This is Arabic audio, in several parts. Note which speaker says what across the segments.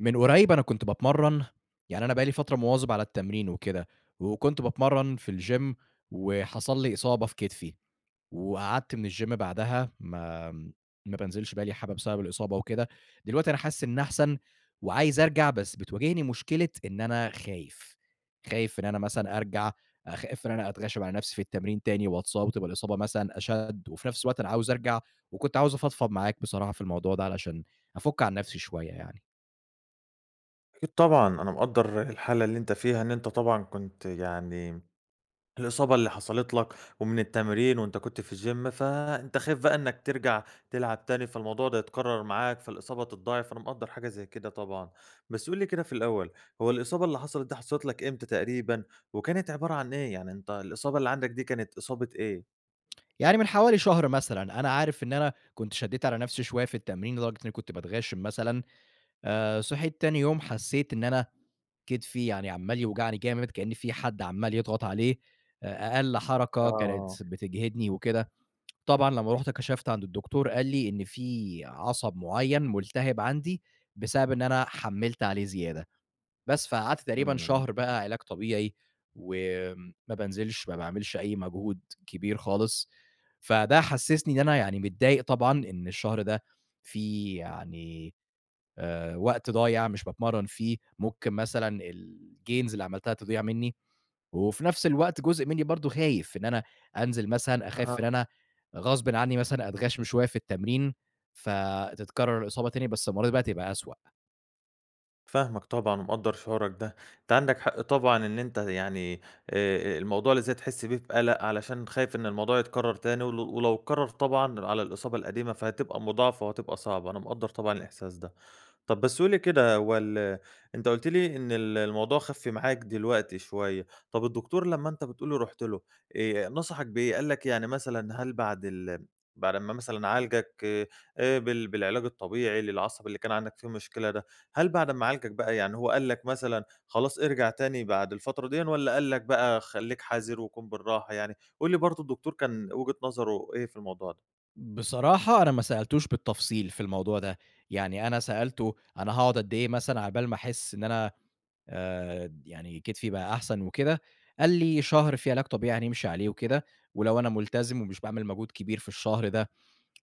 Speaker 1: من قريب أنا كنت باتمرّن، يعني أنا بقى لي فترة مواظب على التمرين وكده، وكنت باتمرّن في الgym وحصل لي إصابة في كتفي، وقعدت من الgym بعدها ما بانزلش بقى لي حبة بسبب الإصابة وكده، دلوقتي أنا حاسس إن أحسن وعايز أرجع بس بتواجهني مشكلة إن أنا خايف، خايف إن أنا مثلًا أرجع، خايف إن أنا أتغاشم على نفسي في التمرين تاني وأتصاب وتبقى الإصابة مثلًا أشَد، وفي نفس الوقت أنا عاوز أرجع، وكنت عاوز أفضفض معاك بصراحة في الموضوع ده علشان أفُك عن نفسي شوية يعني.
Speaker 2: أكيد طبعًا، أنا مقدّر الحالة اللي أنت فيها، إن أنت طبعًا كنت يعني الإصابة اللي حصلت لك ومن التمرين وأنت كنت في الgym، فأنت خايف بقى إنك ترجع تلعب تاني، فالموضوع ده يتكرر معاك، فالإصابة تتضاعف، فأنا مقدّر حاجة زي كده طبعًا. بس قُل لي كده في الأول، هو الإصابة اللي حصلت دي حصلت لك إمتى تقريبًا، وكانت عبارة عن إيه؟ يعني أنت الإصابة اللي عندك دي كانت إصابة إيه؟
Speaker 1: يعني من حوالي شهر مثلًا، أنا عارف إن أنا كنت شدّيت على نفسي شوية في التمرين لدرجة إنّي كنت باتغاشم مثلًا، صحيت تاني يوم حسّيت إن أنا كتفي يعني عمّال يوجعني جامد كإن في حد عمّال يضغط عليه، أقل حركة كانت
Speaker 2: آه.
Speaker 1: بتجهدني وكده. طبعًا لمّا رُحت كشفت عند الدكتور قال لي إن في عصب معيّن ملتهب عندي بسبب إن أنا حمّلت عليه زيادة. بس، فقعدت تقريبًا
Speaker 2: إمم.
Speaker 1: شهر بقى علاج طبيعي، وآمم، ما بانزلش، ما باعملش أي مجهود كبير خالص، فده حسسني إن أنا يعني متضايق طبعًا إن الشهر ده فيه يعني وقت ضايع مش باتمرن فيه، ممكن مثلًا الgains اللي عملتها تضيع مني، وفي نفس الوقت جزء مني برضه خايف إن أنا أنزل مثلًا، أخاف إن أنا غصبٍ عني مثلًا أتغشم شوية في التمرين، فتتكرر الإصابة تاني، بس المرة دي بقى تبقى أسوأ.
Speaker 2: فاهمك طبعًا ومقدّر شعورك ده، أنت عندك حق طبعًا إن أنت يعني الموضوع اللي زي تحس بيه بقلق علشان خايف إن الموضوع يتكرر تاني، ولو اتكرر طبعًا على الإصابة القديمة فهتبقى مضاعفة وهتبقى صعبة، أنا مقدّر طبعًا الإحساس ده. طب بس قُل لي كده هو أنت قُلت لي إن الموضوع خَف معاك دلوقتي شوية، طب الدكتور لمّا أنت بتقول لي رُحت له، نصحك بإيه؟ قال لك يعني مثلًا هل بعد أمّا مثلًا عالجك بالعلاج الطبيعي للعصب اللي كان عندك فيه مشكلة ده، هل بعد أمّا عالجك بقى يعني هو قال لك مثلًا خلاص ارجع تاني بعد الفترة ديًا والّا قال لك بقى خلّيك حذر وكُن بالراحة يعني؟ قُل لي برضه الدكتور كان وجهة نظره إيه في الموضوع ده؟
Speaker 1: بصراحة أنا ما سألتوش بالتفصيل في الموضوع ده، يعني أنا سألته أنا هاقعد قد إيه مثلًا عقبال ما أحس إن أنا يعني كتفي بقى أحسن وكده، قال لي شهر فيه علاج طبيعي هنمشي عليه وكده، ولو أنا ملتزم ومش باعمل مجهود كبير في الشهر ده،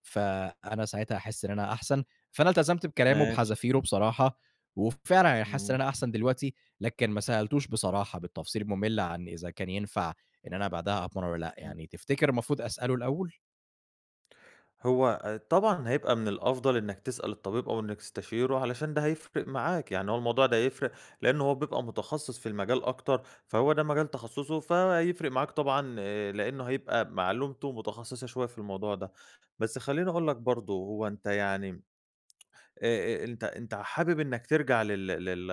Speaker 1: فأنا ساعتها هاحس إن أنا أحسن، فأنا التزمت بكلامه
Speaker 2: ماشي،
Speaker 1: بحذافيره بصراحة، وفعلًا أنا حاسس إن
Speaker 2: إمم.
Speaker 1: أنا أحسن دلوقتي، لكن ما سألتوش بصراحة بالتفصيل المُمِل عن إذا كان ينفع إن أنا بعدها أتمرن والّا لأ، يعني تفتكر المفروض أسأله الأول؟
Speaker 2: هو طبعًا هيبقى من الأفضل إنّك تسأل الطبيب أو إنّك تستشيره علشان ده هيفرق معاك، يعني هو الموضوع ده هيفرق لإن هو بيبقى متخصص في المجال أكتر، فهو ده مجال تخصُّصه فهيفرق معاك طبعًا لإنه هيبقى معلومته متخصصة شوية في الموضوع ده. بس خلّيني أقول لك برضه هو أنت يعني أنت حابب إنك ترجع لل لل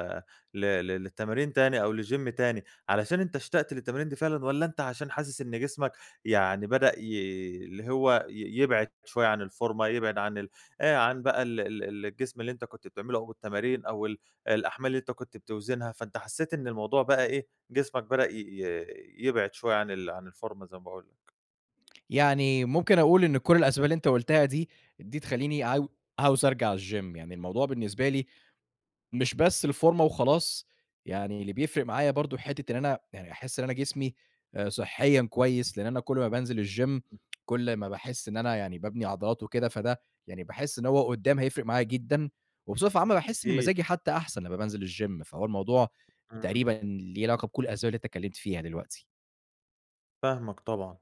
Speaker 2: ل ل للتمارين تاني أو للGym تاني علشان أنت اشتقت للتمارين دي فعلًا والّا أنت عشان حاسس إن جسمك يعني بدأ ي اللي هو يبعد شوية عن الفورمة، يبعد عن بقى الجسم اللي أنت كنت بتعمله أو التمارين أو الأحمال اللي أنت كنت بتوزنها، فأنت حسيت إن الموضوع بقى إيه، جسمك بدأ ي ي يبعد شوية عن الفورمة زي ما باقول لك.
Speaker 1: يعني ممكن أقول إن كل الأسباب اللي أنت قُلتها دي، دي تخلّيني عاوز أرجع الgym يعني الموضوع بالنسبة لي مش بس الفورمة وخلاص، يعني اللي بيفرق معايا برضه حتّة إن أنا يعني أحس إن أنا جسمي صحيًا كويس، لإن أنا كل ما بانزل الgym كل ما باحس إن أنا يعني بابني عضلات وكده، فده يعني باحس إن هو قدّام هيفرق معايا جدًا، وبصفة عامة باحس إن
Speaker 2: أكيد،
Speaker 1: مزاجي حتّى أحسن لمّا بانزل الgym فهو الموضوع
Speaker 2: إمم،
Speaker 1: تقريبًا ليه علاقة بكل الأسباب اللي أنت اتكلمت فيها دلوقتي.
Speaker 2: فاهمك طبعًا.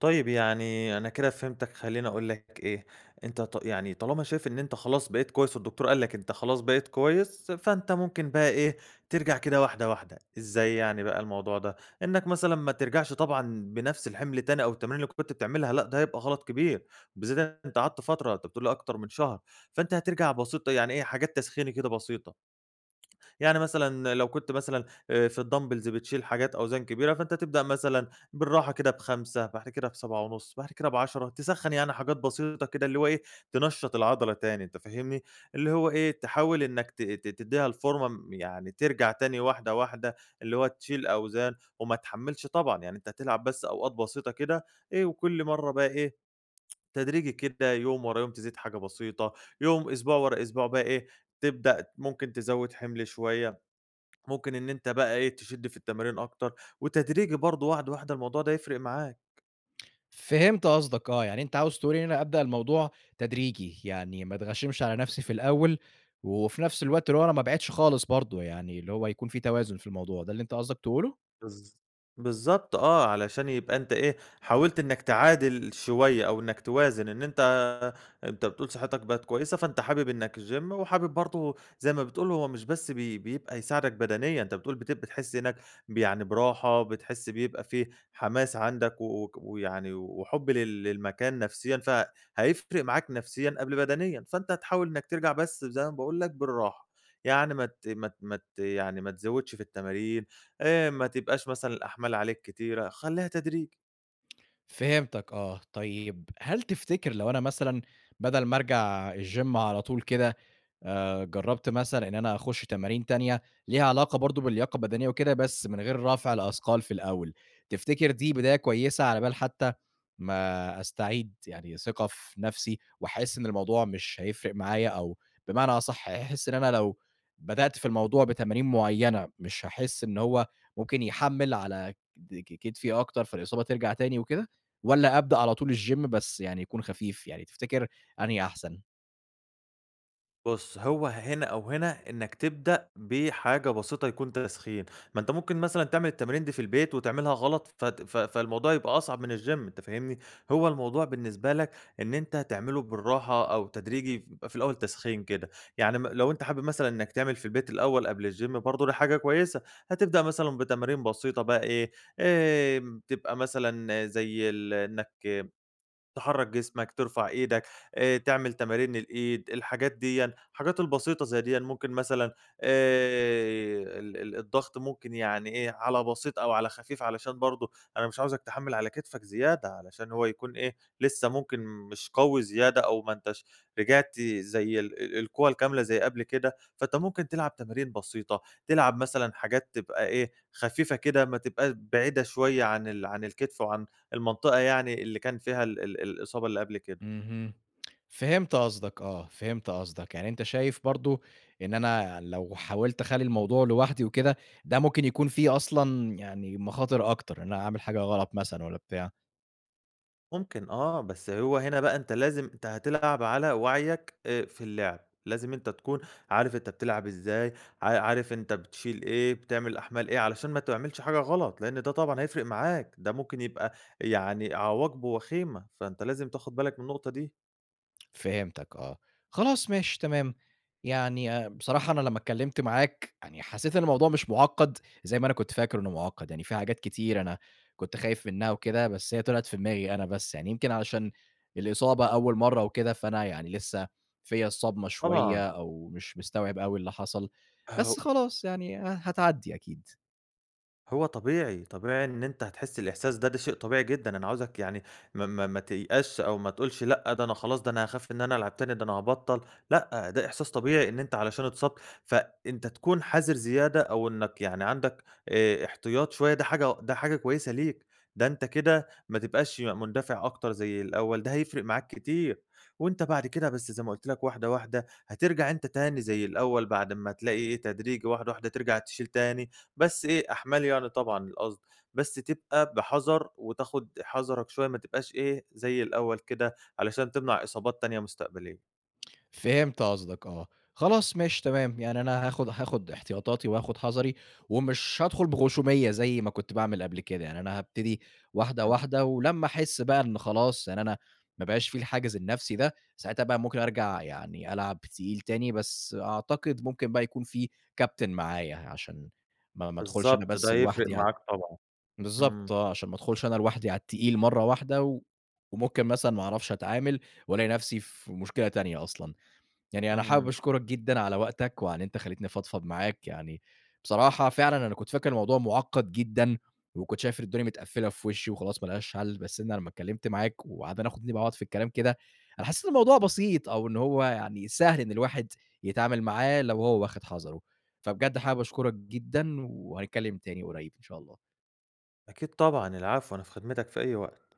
Speaker 2: طيب يعني أنا كده فهمتك، خلّيني أقول لك إيه، أنت يعني طالما شايف إن أنت خلاص بقيت كويس والدكتور قال لك أنت خلاص بقيت كويس، فأنت ممكن بقى إيه، ترجع كده واحدة، واحدة. إزاي يعني بقى الموضوع ده؟ إنك مثلًا ما ترجعش طبعًا بنفس الحِمل تاني أو التمارين اللي كنت بتعملها، لأ، ده هيبقى غلط كبير، بالذات أنت قعدت فترة، أنت بتقول لي أكتر من شهر، فأنت هترجع بسيطة يعني إيه، حاجات تسخيني كده بسيطة. يعني مثلًا لو كنت مثلًا في الدمبلز بتشيل حاجات أوزان كبيرة، فأنت تبدأ مثلًا بالراحة كده ب5 بعد كده ب7.5 بعد كده ب10 تسخّن يعني حاجات بسيطة كده اللي هو إيه، تنشّط العضلة تاني أنت فاهمني، اللي هو إيه، تحاول إنك ت ت تدّيها الفورمة يعني ترجع تاني واحدة، واحدة، اللي هو تشيل أوزان وما تحمّلش طبعًا، يعني أنت هتلعب بس أوقات بسيطة كده إيه، وكل مرّة بقى إيه، تدريجي كده يوم ورا يوم تزيد حاجة بسيطة، أسبوع ورا أسبوع بقى إيه، تبدأ ممكن تزوّد حِمل شوية. ممكن إن أنت بقى إيه، تشِد في التمارين أكتر، وتدريجي برضه واحدة، واحدة الموضوع ده يفرق معاك.
Speaker 1: فهمت قصدك آه، يعني أنت عاوز تقول إيه إن أنا أبدأ الموضوع تدريجي، يعني ما أتغشِّمش على نَفْسي في الأول، وفي نَفْس الوقت اللي هو أنا ما أبعدش خالص برضه، يعني اللي هو يكون في توازن في الموضوع، ده اللي أنت قصدك تقوله؟
Speaker 2: بالض بالضبط آه، علشان يبقى أنت إيه، حاولت إنّك تعادل شوية أو إنّك توازن إن أنت بتقول صحتك بقت كويسة، فأنت حابب إنّك الgym وحابب برضه زي ما بتقول هو مش بس بيبقى يساعدك بدنيًا، أنت بتقول بتحس هناك يعني براحة، بتحس بيبقى في حماس عندك ويعني وحُب للمكان نفسيًا، فهيفرق معاك نفسيًا قبل بدنيًا، فأنت هتحاول إنّك ترجع بس زي ما باقول لك بالراحة، يعني ما ت ما ت ما ت يعني ما تزوّدش في التمارين، ما تبقاش مثلًا الأحمال عليك كتيرة، خلّيها تدريجي.
Speaker 1: فهمتك آه، طيب هل تفتكر لو أنا مثلًا بدل ما أرجع الgym على طول كده جرّبت مثلًا إن أنا أخُش تمارين تانية ليها علاقة برضه باللياقة البدنية وكده، بس من غير رفع الأثقال في الأول، تفتكر دي بداية كويسة على بال حتى ما أستعيد يعني ثقة في نَفْسي وأحس إن الموضوع مش هيفرق معايا أو بمعنى أصح أحس إن أنا لو بدأت في الموضوع بتمارين معيّنة، مش هاحس إن هو ممكن يحمِّل على د ك كتفي أكتر فالإصابة ترجع تاني وكده والّا أبدأ على طول الgym بس يعني يكون خفيف، يعني تفتكر أنهي أحسن؟
Speaker 2: بُص، هو هنا أو هنا إنّك تبدأ بحاجة بسيطة يكون تسخين، ما أنت ممكن مثلًا تعمل التمارين دي في البيت وتعملها غلط فت ف فالموضوع يبقى أصعب من الgym أنت فاهمني؟ هو الموضوع بالنسبة لك إن أنت تعمله بالراحة أو تدريجي يبقى في الأول تسخين كده، يعني لو أنت حابب مثلًا إنّك تعمل في البيت الأول قبل الgym برضه دي حاجة كويسة، هتبدأ مثلًا بتمارين بسيطة بقى إيه، تبقى مثلًا زي إنّك تحرّك جسمك، ترفع إيدك، تعمل تمارين الإيد، الحاجات ديًّا، الحاجات البسيطة زي ديًّا ممكن مثلًا ال ال الضغط ممكن يعني إيه، على بسيط أو على خفيف علشان برضه أنا مش عاوزك تحمّل على كتفك زيادة، علشان هو يكون إيه، لسه ممكن مش قوي زيادة أو ما أنتاش رجعت زي ال ال القوة الكاملة زي قبل كده، فأنت ممكن تلعب تمارين بسيطة، تلعب مثلًا حاجات تبقى إيه، خفيفة كده ما تبقاش بعيدة شوية عن الكتف وعن المنطقة يعني اللي كان فيها ال ال الإصابة اللي قبل كده.
Speaker 1: اهم. فهمت قصدك آه، فهمت قصدك، يعني أنت شايف برضه إن أنا لو حاولت أخلّي الموضوع لوحدي وكده، ده ممكن يكون فيه أصلًا يعني مخاطر أكتر، إن أنا أعمل حاجة غلط مثلًا والّا بتاع.
Speaker 2: ممكن آه، بس هو هنا بقى أنت لازم أنت هتلعب على وعيك في اللعب، لازم أنت تكون عارف أنت بتلعب إزاي، عارف أنت بتشيل إيه، بتعمل أحمال إيه، علشان ما تعملش حاجة غلط، لإن ده طبعًا هيفرق معاك، ده ممكن يبقى يعني عواقبه وخيمة، فأنت لازم تاخد بالك من النقطة دي.
Speaker 1: فهمتك آه، خلاص ماشي تمام، يعني بصراحة أنا لمّا اتكلمت معاك يعني حسيت إن الموضوع مش معقد زي ما أنا كنت فاكر إنه معقد، يعني في حاجات كتير أنا كنت خايف منها وكده، بس هي طلعت في دماغي أنا بس، يعني يمكن علشان الإصابة أول مرة وكده، فأنا يعني لسه فيّا الصدمة
Speaker 2: طبعًا.
Speaker 1: شوية أو مش مستوعب أوي اللي حصل،
Speaker 2: هو
Speaker 1: بس خلاص يعني هتعدي أكيد.
Speaker 2: هو طبيعي، طبيعي إن أنت هتحس الإحساس ده، ده شيء طبيعي جدًا، أنا عاوزك يعني ما تيأسش أو ما تقولش لأ، ده أنا خلاص ده أنا هاخاف إن أنا ألعب تاني، ده أنا هابطّل، لأ، ده إحساس طبيعي إن أنت علشان اتصبت، فأنت تكون حذر زيادة أو إنك يعني عندك احتياط شوية، ده حاجة ده حاجة كويسة ليك، ده أنت كده ما تبقاش مندفع أكتر زي الأول، ده هيفرق معاك كتير، وأنت بعد كده بس زي ما قُلت لك واحدة، واحدة هترجع أنت تاني زي الأول بعد أمّا تلاقي إيه تدريجي واحدة، واحدة ترجع تشيل تاني، بس إيه، أحمال يعني طبعًا القصد، بس تبقى بحَذَر وتاخُد حَذَرك شوية ما تبقاش إيه، زي الأول كده علشان تمنع إصابات تانية مستقبلية.
Speaker 1: فهمت قصدك آه، خلاص ماشي تمام، يعني أنا هاخد احتياطاتي وهاخد حذري، ومش هادخل بغشومية زي ما كنت باعمل قبل كده، يعني أنا هابتدي واحدة،
Speaker 2: إمم،
Speaker 1: واحدة، ولمّا أحس بقى إن خلاص يعني أنا ما بقاش في الحاجز النفسي ده، ساعتها بقى ممكن أرجع يعني ألعب تقيل تاني، بس أعتقد ممكن بقى يكون في كابتن معايا عشان ما ادخلش أنا
Speaker 2: بالضبط، ده
Speaker 1: بس
Speaker 2: يفرق
Speaker 1: لوحدي على
Speaker 2: معاك طبعًا.
Speaker 1: بالضبط
Speaker 2: إمم،
Speaker 1: آه، عشان ما ادخلش أنا لوحدي على التقيل مرة واحدة، وممكن مثلًا ما أعرفش أتعامل، وألاقي نفسي في مشكلة تانية أصلًا. يعني أنا حابب
Speaker 2: إمم،
Speaker 1: أشكرك جدًا على وقتك، وعلى إن أنت خلّيتني أفضفض معاك، يعني بصراحة فعلًا أنا كنت فاكر الموضوع مُعقّد جدًا، وكنت شايف الدنيا متقفّلة في وشّي وخلاص ما لهاش حل، بس أنا لمّا اتكلّمت معاك وقعدنا ناخُد نبعَد في الكلام كده، أنا حسّيت الموضوع بسيط أو إن هو يعني سهل إن الواحد يتعامل معاه لو هو واخد حذره، فبجد حابب أشكرك جدًا وهنتكلّم تاني قريّب إن شاء الله.
Speaker 2: أكيد طبعًا، العفو، أنا في خدمتك في أي وقت.